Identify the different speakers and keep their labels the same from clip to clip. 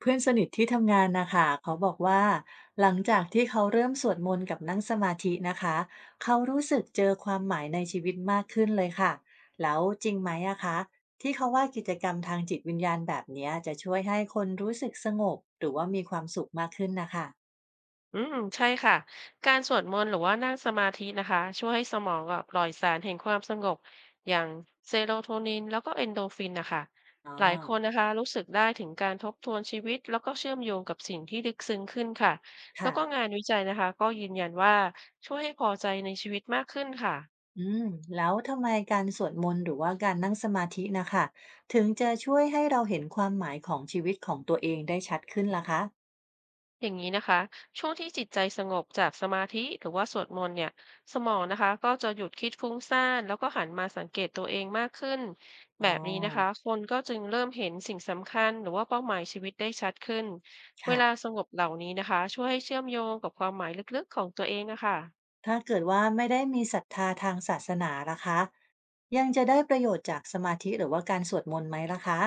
Speaker 1: เพื่อนสนิทที่ทำงานนะคะเขาบอกว่าหลังจากที่เขาเริ่มสวดมนต์กับนั่งสมาธินะคะเขารู้สึกเจอความหมายในชีวิตมากขึ้นเลยค่ะแล้วจริงไหมอะคะที่เขาว่ากิจกรรมทางจิตวิญญาณแบบเนี้ยจะช่วยให้คนรู้สึกสงบหรือว่ามีความสุขมากขึ้นนะคะ
Speaker 2: อืมใช่ค่ะการสวดมนต์หรือว่านั่งสมาธินะคะช่วยให้สมองอะปล่อยสารแห่งความสงบอย่างเซโรโทนินแล้วก็เอนโดรฟินนะคะ
Speaker 1: อ๋อ
Speaker 2: หลายคนนะคะรู้สึกได้ถึงการทบทวนชีวิตแล้วก็เชื่อมโยงกับสิ่งที่ลึกซึ้งขึ้นค่ะแล้ว
Speaker 1: ค่ะ
Speaker 2: ก็งานวิจัยนะคะก็ยืนยันว่าช่วยให้พอใจในชีวิตมากขึ้นค่ะ
Speaker 1: อืมแล้วทำไมการสวดมนต์หรือว่าการนั่งสมาธินะคะถึงจะช่วยให้เราเห็นความหมายของชีวิตของตัวเองได้ชัดขึ้นล่ะคะ
Speaker 2: อย่างนี้นะคะช่วงที่จิตใจสงบจากสมาธิหรือว่าสวดมนต์เนี่ยสมองนะคะก็จะหยุดคิดฟุ้งซ่านแล้วก็หันมาสังเกตตัวเองมากขึ้น
Speaker 1: อ๋
Speaker 2: แบ
Speaker 1: อ
Speaker 2: บนี้นะคะคนก็จึงเริ่มเห็นสิ่งสำคัญหรือว่าเป้าหมายชีวิตได้ชัดขึ้นเว
Speaker 1: ค่ะ
Speaker 2: ลาสงบเหล่านี้นะคะช่วยให้เชื่อมโยงกับความหมายลึกๆของตัวเองนะคะ
Speaker 1: ถ้าเกิดว่าไม่ได้มีศรัทธาทางศาสนาล่ะคะยังจะได้ประโยชน์จากสมาธิหรือว่าการสวดมนต์ไหมล่ะคะ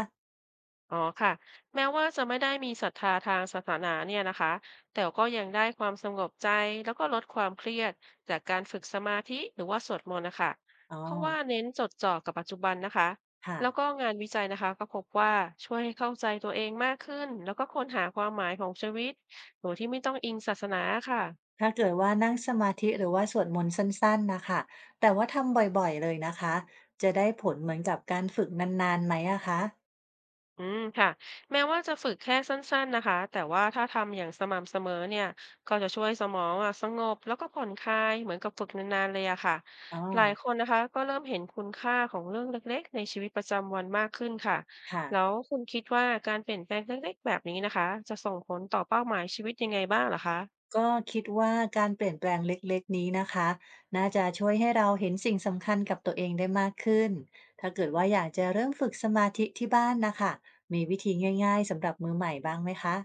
Speaker 2: อ๋อค่ะแม้ว่าจะไม่ได้มีศรัทธาทางศาสนาเนี่ยนะคะแต่ก็ยังได้ความสงบใจแล้วก็ลดความเครียดจากการฝึกสมาธิหรือว่าสวดมนต์นะคะ
Speaker 1: อ๋อ
Speaker 2: เพราะว่าเน้นจดจ่อกับปัจจุบันนะคะ
Speaker 1: ค่ะ
Speaker 2: แล้วก็งานวิจัยนะคะก็พบว่าช่วยให้เข้าใจตัวเองมากขึ้นแล้วก็ค้นหาความหมายของชีวิตโดยที่ไม่ต้องอิงศาสนาค่ะ
Speaker 1: ถ้าเกิดว่านั่งสมาธิหรือว่าสวดมนต์สั้นๆนะคะแต่ว่าทำบ่อยๆเลยนะคะจะได้ผลเหมือนกับการฝึกนานๆไหมอะคะ
Speaker 2: อืมค่ะแม้ว่าจะฝึกแค่สั้นๆนะคะแต่ว่าถ้าทำอย่างสม่ำเสมอเนี่ยก็จะช่วยสมองอะสงบแล้วก็ผ่อนคลายเหมือนกับฝึกนานๆเลยอะค่ะ
Speaker 1: อ๋อ
Speaker 2: หลายคนนะคะก็เริ่มเห็นคุณค่าของเรื่องเล็กๆในชีวิตประจำวันมากขึ้นค่ะ
Speaker 1: ค่ะ
Speaker 2: แล้วคุณคิดว่าการเปลี่ยนแปลงเล็กๆแบบนี้นะคะจะส่งผลต่อเป้าหมายชีวิตยังไงบ้างเหรอคะ
Speaker 1: ก็คิดว่าการเปลี่ยนแปลงเล็กๆนี้นะคะน่าจะช่วยให้เราเห็นสิ่งสำคัญกับตัวเองได้มากขึ้นถ้าเกิดว่าอยากจะเริ่มฝึกสมาธิที่บ้านนะคะมีวิธีง่ายๆสำหรับมือใหม่บ้างไหมคะ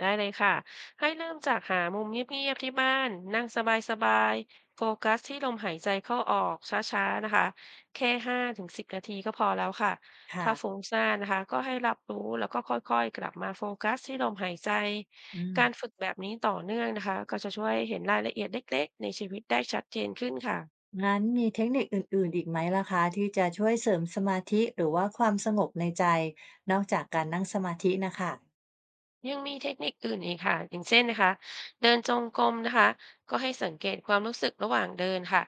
Speaker 2: ได้เลยค่ะให้เริ่มจากหามุมเงียบๆที่บ้านนั่งสบายๆโฟกัสที่ลมหายใจเข้าออกช้าๆนะคะแค่5 ถึง 10 นาทีก็พอแล้วค่ะ
Speaker 1: ค่ะ
Speaker 2: ถ้าฟุ้งซ่านนะคะก็ให้รับรู้แล้วก็ค่อยๆกลับมาโฟกัสที่ลมหายใจ
Speaker 1: อืม
Speaker 2: การฝึกแบบนี้ต่อเนื่องนะคะก็จะช่วยเห็นรายละเอียดเล็กๆในชีวิตได้ชัดเจนขึ้นค่ะ
Speaker 1: งั้นมีเทคนิคอื่นๆอีกไหมล่ะคะที่จะช่วยเสริมสมาธิหรือว่าความสงบในใจนอกจากการนั่งสมาธินะคะ
Speaker 2: ยังมีเทคนิคอื่นอีกค่ะอย่างเช่นนะคะเดินจงกรมนะคะก็ให้สังเกตความรู้สึกระหว่างเดินค่ะ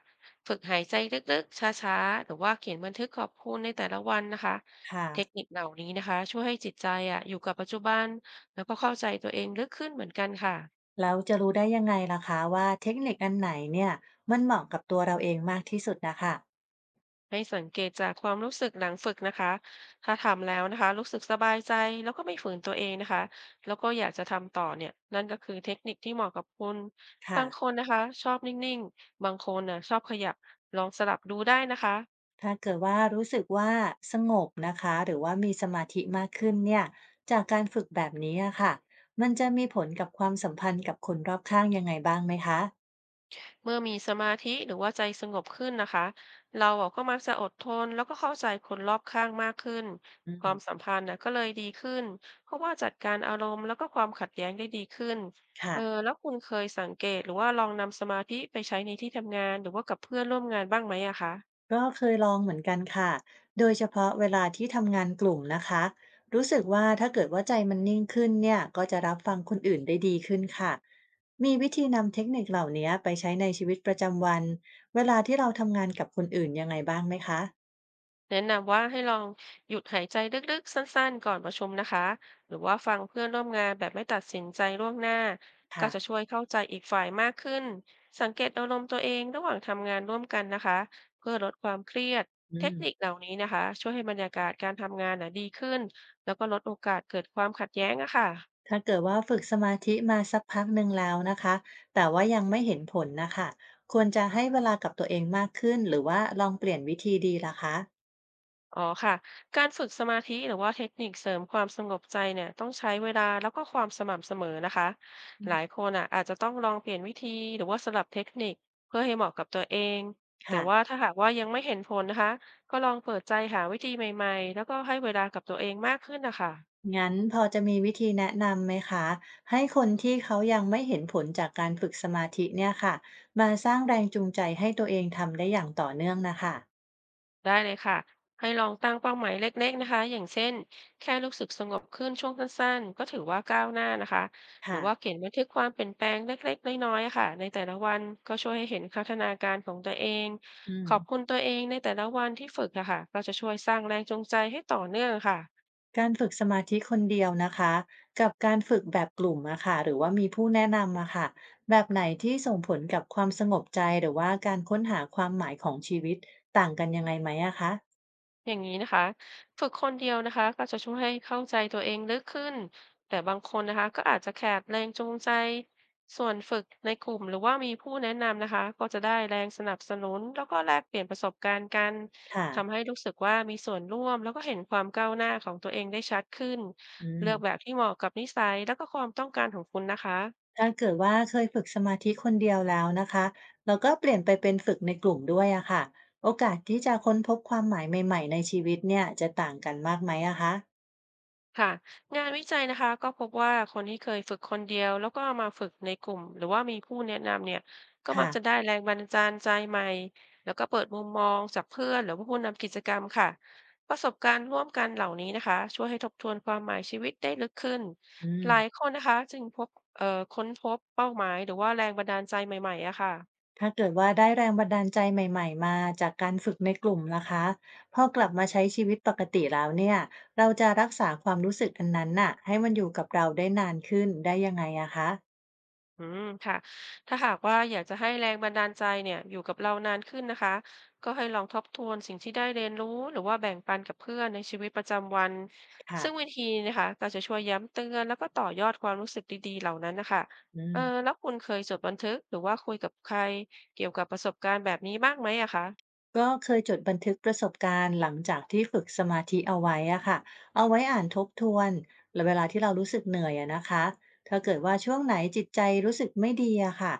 Speaker 2: ฝึกหายใจลึกๆช้าๆหรือว่าเขียนบันทึกขอบคุณในแต่ละวันนะคะ
Speaker 1: ค่ะ
Speaker 2: เทคนิคเหล่านี้นะคะช่วยให้จิตใจอยู่กับปัจจุบันแล้วก็เข้าใจตัวเองลึกขึ้นเหมือนกันค่ะ
Speaker 1: แล้วจะรู้ได้ยังไงล่ะคะว่าเทคนิคอันไหนเนี่ยมันเหมาะกับตัวเราเองมากที่สุดนะคะ
Speaker 2: ให้สังเกตจากความรู้สึกหลังฝึกนะคะถ้าทำแล้วนะคะรู้สึกสบายใจแล้วก็ไม่ฝืนตัวเองนะคะแล้วก็อยากจะทำต่อเนี่ยนั่นก็คือเทคนิคที่เหมาะกับคุณ
Speaker 1: ค่ะ
Speaker 2: บางคนนะคะชอบนิ่งๆ บางคนน่ะชอบขยับลองสลับดูได้นะคะ
Speaker 1: ถ้าเกิดว่ารู้สึกว่าสงบนะคะหรือว่ามีสมาธิมากขึ้นเนี่ยจากการฝึกแบบนี้อะค่ะมันจะมีผลกับความสัมพันธ์กับคนรอบข้างยังไงบ้างไหมคะ
Speaker 2: เมื่อมีสมาธิหรือว่าใจสงบขึ้นนะคะเราอะก็มักจะอดทนแล้วก็เข้าใจคนรอบข้างมากขึ้น
Speaker 1: อื
Speaker 2: ความ
Speaker 1: ม
Speaker 2: สัมพันธ์นะก็เลยดีขึ้นเพราะว่าจัดการอารมณ์แล้วก็ความขัดแย้งได้ดีขึ้นเอ
Speaker 1: ค่ะ
Speaker 2: อแล้วคุณเคยสังเกตหรือว่าลองนำสมาธิไปใช้ในที่ทำงานหรือว่ากับเพื่อนร่วมงานบ้างไหมอะคะ
Speaker 1: ก็เคยลองเหมือนกันค่ะโดยเฉพาะเวลาที่ทำงานกลุ่มนะคะรู้สึกว่าถ้าเกิดว่าใจมันนิ่งขึ้นเนี่ยก็จะรับฟังคนอื่นได้ดีขึ้นค่ะมีวิธีนำเทคนิคเหล่านี้ไปใช้ในชีวิตประจำวันเวลาที่เราทำงานกับคนอื่นยังไงบ้างไหมคะ
Speaker 2: แนะนำว่าให้ลองหยุดหายใจลึกๆสั้นๆก่อนประชุมนะคะหรือว่าฟังเพื่อนร่วมงานแบบไม่ตัดสินใจล่วงหน้าก็
Speaker 1: ค่ะ
Speaker 2: จะช่วยเข้าใจอีกฝ่ายมากขึ้นสังเกตอารมณ์ตัวเองระหว่างทำงานร่วมกันนะคะเพื่อลดความเครียด
Speaker 1: อื
Speaker 2: เทค
Speaker 1: ม
Speaker 2: นิคเหล่านี้นะคะช่วยให้บรรยากาศการทำงานนะดีขึ้นแล้วก็ลดโอกาสเกิดความขัดแย้งอะค่ะ
Speaker 1: ถ้าเกิดว่าฝึกสมาธิมาสักพักหนึ่งแล้วนะคะ แต่ว่ายังไม่เห็นผลนะคะควรจะให้เวลากับตัวเองมากขึ้นหรือว่าลองเปลี่ยนวิธีดีล่ะคะ
Speaker 2: อ๋อค่ะการฝึกสมาธิหรือว่าเทคนิคเสริมความสงบใจเนี่ยต้องใช้เวลาแล้วก็ความสม่ำเสมอนะคะ
Speaker 1: อื
Speaker 2: หลาย
Speaker 1: ม
Speaker 2: คนอาจจะต้องลองเปลี่ยนวิธีหรือว่าสลับเทคนิคเพื่อให้เหมาะกับตัวเองแต่
Speaker 1: ค่ะ
Speaker 2: ว่าถ้าหากว่ายังไม่เห็นผลนะคะก็ลองเปิดใจหาวิธีใหม่ๆแล้วก็ให้เวลากับตัวเองมากขึ้นนะคะ
Speaker 1: งั้นพอจะมีวิธีแนะนำไหมคะให้คนที่เขายังไม่เห็นผลจากการฝึกสมาธิเนี่ยค่ะมาสร้างแรงจูงใจให้ตัวเองทำได้อย่างต่อเนื่องนะคะ
Speaker 2: ได้เลยค่ะ ให้ลองตั้งเป้าหมายเล็กๆนะคะอย่างเช่นแค่รู้สึกสงบขึ้นช่วงสั้นๆก็ถือว่าก้าวหน้านะคะ หรื
Speaker 1: ค่ะ
Speaker 2: อว่าเขียนบันทึกความเปลี่ยนแปลงเล็กๆน้อยๆค่ะในแต่ละวันก็ช่วยให้เห็นพัฒนาการของตัวเอง
Speaker 1: อื
Speaker 2: ข
Speaker 1: ม
Speaker 2: อบคุณตัวเองในแต่ละวันที่ฝึกนะคะก็จะช่วยสร้างแรงจูงใจให้ต่อเนื่องค่ะ
Speaker 1: การฝึกสมาธิคนเดียวนะคะกับการฝึกแบบกลุ่มอะค่ะหรือว่ามีผู้แนะนำอะค่ะแบบไหนที่ส่งผลกับความสงบใจหรือว่าการค้นหาความหมายของชีวิตต่างกันยังไงไหมอะคะ
Speaker 2: อย่างนี้นะคะฝึกคนเดียวนะคะก็จะช่วยให้เข้าใจตัวเองลึกขึ้นแต่บางคนนะคะก็อาจจะขาดแรงจูงใจส่วนฝึกในกลุ่มหรือว่ามีผู้แนะนำนะคะก็จะได้แรงสนับสนุนแล้วก็แลกเปลี่ยนประสบการณ์กัน
Speaker 1: ค่ะ
Speaker 2: ทำให้รู้สึกว่ามีส่วนร่วมแล้วก็เห็นความก้าวหน้าของตัวเองได้ชัดขึ้น
Speaker 1: อืม
Speaker 2: เลือกแบบที่เหมาะกับนิสัยแล้วก็ความต้องการของคุณนะคะ
Speaker 1: ถ้าเกิดว่าเคยฝึกสมาธิคนเดียวแล้วนะคะแล้วก็เปลี่ยนไปเป็นฝึกในกลุ่มด้วยอะค่ะโอกาสที่จะค้นพบความหมายใหม่ๆในชีวิตเนี่ยจะต่างกันมากไหมอะคะ
Speaker 2: ค่ะงานวิจัยนะคะก็พบว่าคนที่เคยฝึกคนเดียวแล้วก็เอามาฝึกในกลุ่มหรือว่ามีผู้แนะนำเนี่ยก็มัก
Speaker 1: ค่ะ
Speaker 2: จะได้แรงบันดาลใจใหม่แล้วก็เปิดมุมมองจากเพื่อนหรือว่าผู้นำกิจกรรมค่ะประสบการณ์ร่วมกันเหล่านี้นะคะช่วยให้ทบทวนความหมายชีวิตได้ลึกขึ้น
Speaker 1: อื
Speaker 2: หลาย
Speaker 1: ม
Speaker 2: คนนะคะจึงพบเอ่อค้นพบเป้าหมายหรือว่าแรงบันดาลใจใหม่ๆอะค่ะ
Speaker 1: ถ้าเกิดว่าได้แรงบันดาลใจใหม่ๆมาจากการฝึกในกลุ่มล่ะคะพอกลับมาใช้ชีวิตปกติแล้วเนี่ยเราจะรักษาความรู้สึกอันนั้นน่ะให้มันอยู่กับเราได้นานขึ้นได้ยังไงอะคะ
Speaker 2: อืมค่ะถ้าหากว่าอยากจะให้แรงบันดาลใจเนี่ยอยู่กับเรานานขึ้นนะคะก็ให้ลองทบทวนสิ่งที่ได้เรียนรู้หรือว่าแบ่งปันกับเพื่อนในชีวิตประจำวันซึ่งวิ
Speaker 1: ค่ะ
Speaker 2: ธีนะคะก็จะช่วยย้ำเตือนแล้วก็ต่อยอดความรู้สึกดีๆเหล่านั้นนะคะ
Speaker 1: อืม
Speaker 2: เออแล้วคุณเคยจดบันทึกหรือว่าคุยกับใครเกี่ยวกับประสบการณ์แบบนี้บ้างไหมอะคะ
Speaker 1: ก็เคยจดบันทึกประสบการณ์หลังจากที่ฝึกสมาธิเอาไว้อะค่ะเอาไว้อ่านทบทวนเวลาที่เรารู้สึกเหนื่อยอะนะคะถ้าเกิดว่าช่วงไหนจิตใจรู้สึกไม่ดีอะค่ะ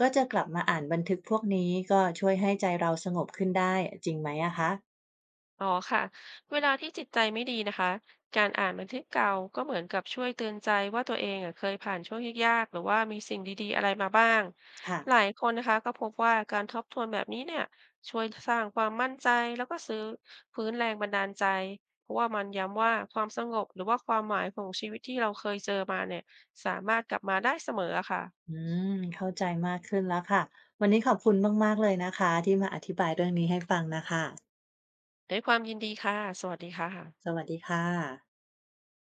Speaker 1: ก็จะกลับมาอ่านบันทึกพวกนี้ก็ช่วยให้ใจเราสงบขึ้นได้จริงไหมอะคะ
Speaker 2: อ๋อค่ะเวลาที่จิตใจไม่ดีนะคะการอ่านบันทึกเก่าก็เหมือนกับช่วยเตือนใจว่าตัวเองอ่ะเคยผ่านช่วงยากๆหรือว่ามีสิ่งดีๆอะไรมาบ้าง
Speaker 1: ค่ะ
Speaker 2: หลายคนนะคะก็พบว่าการทบทวนแบบนี้เนี่ยช่วยสร้างความมั่นใจแล้วก็ซื้อฟื้นแรงบันดาลใจเพราะว่ามันย้ำว่าความสงบหรือว่าความหมายของชีวิตที่เราเคยเจอมาเนี่ยสามารถกลับมาได้เสมออะค่ะ
Speaker 1: อืมเข้าใจมากขึ้นแล้วค่ะวันนี้ขอบคุณมากๆเลยนะคะที่มาอธิบายเรื่องนี้ให้ฟังนะคะ
Speaker 2: ด้วยความยินดีค่ะสวัสดีค่ะ
Speaker 1: สวัสดีค่ะ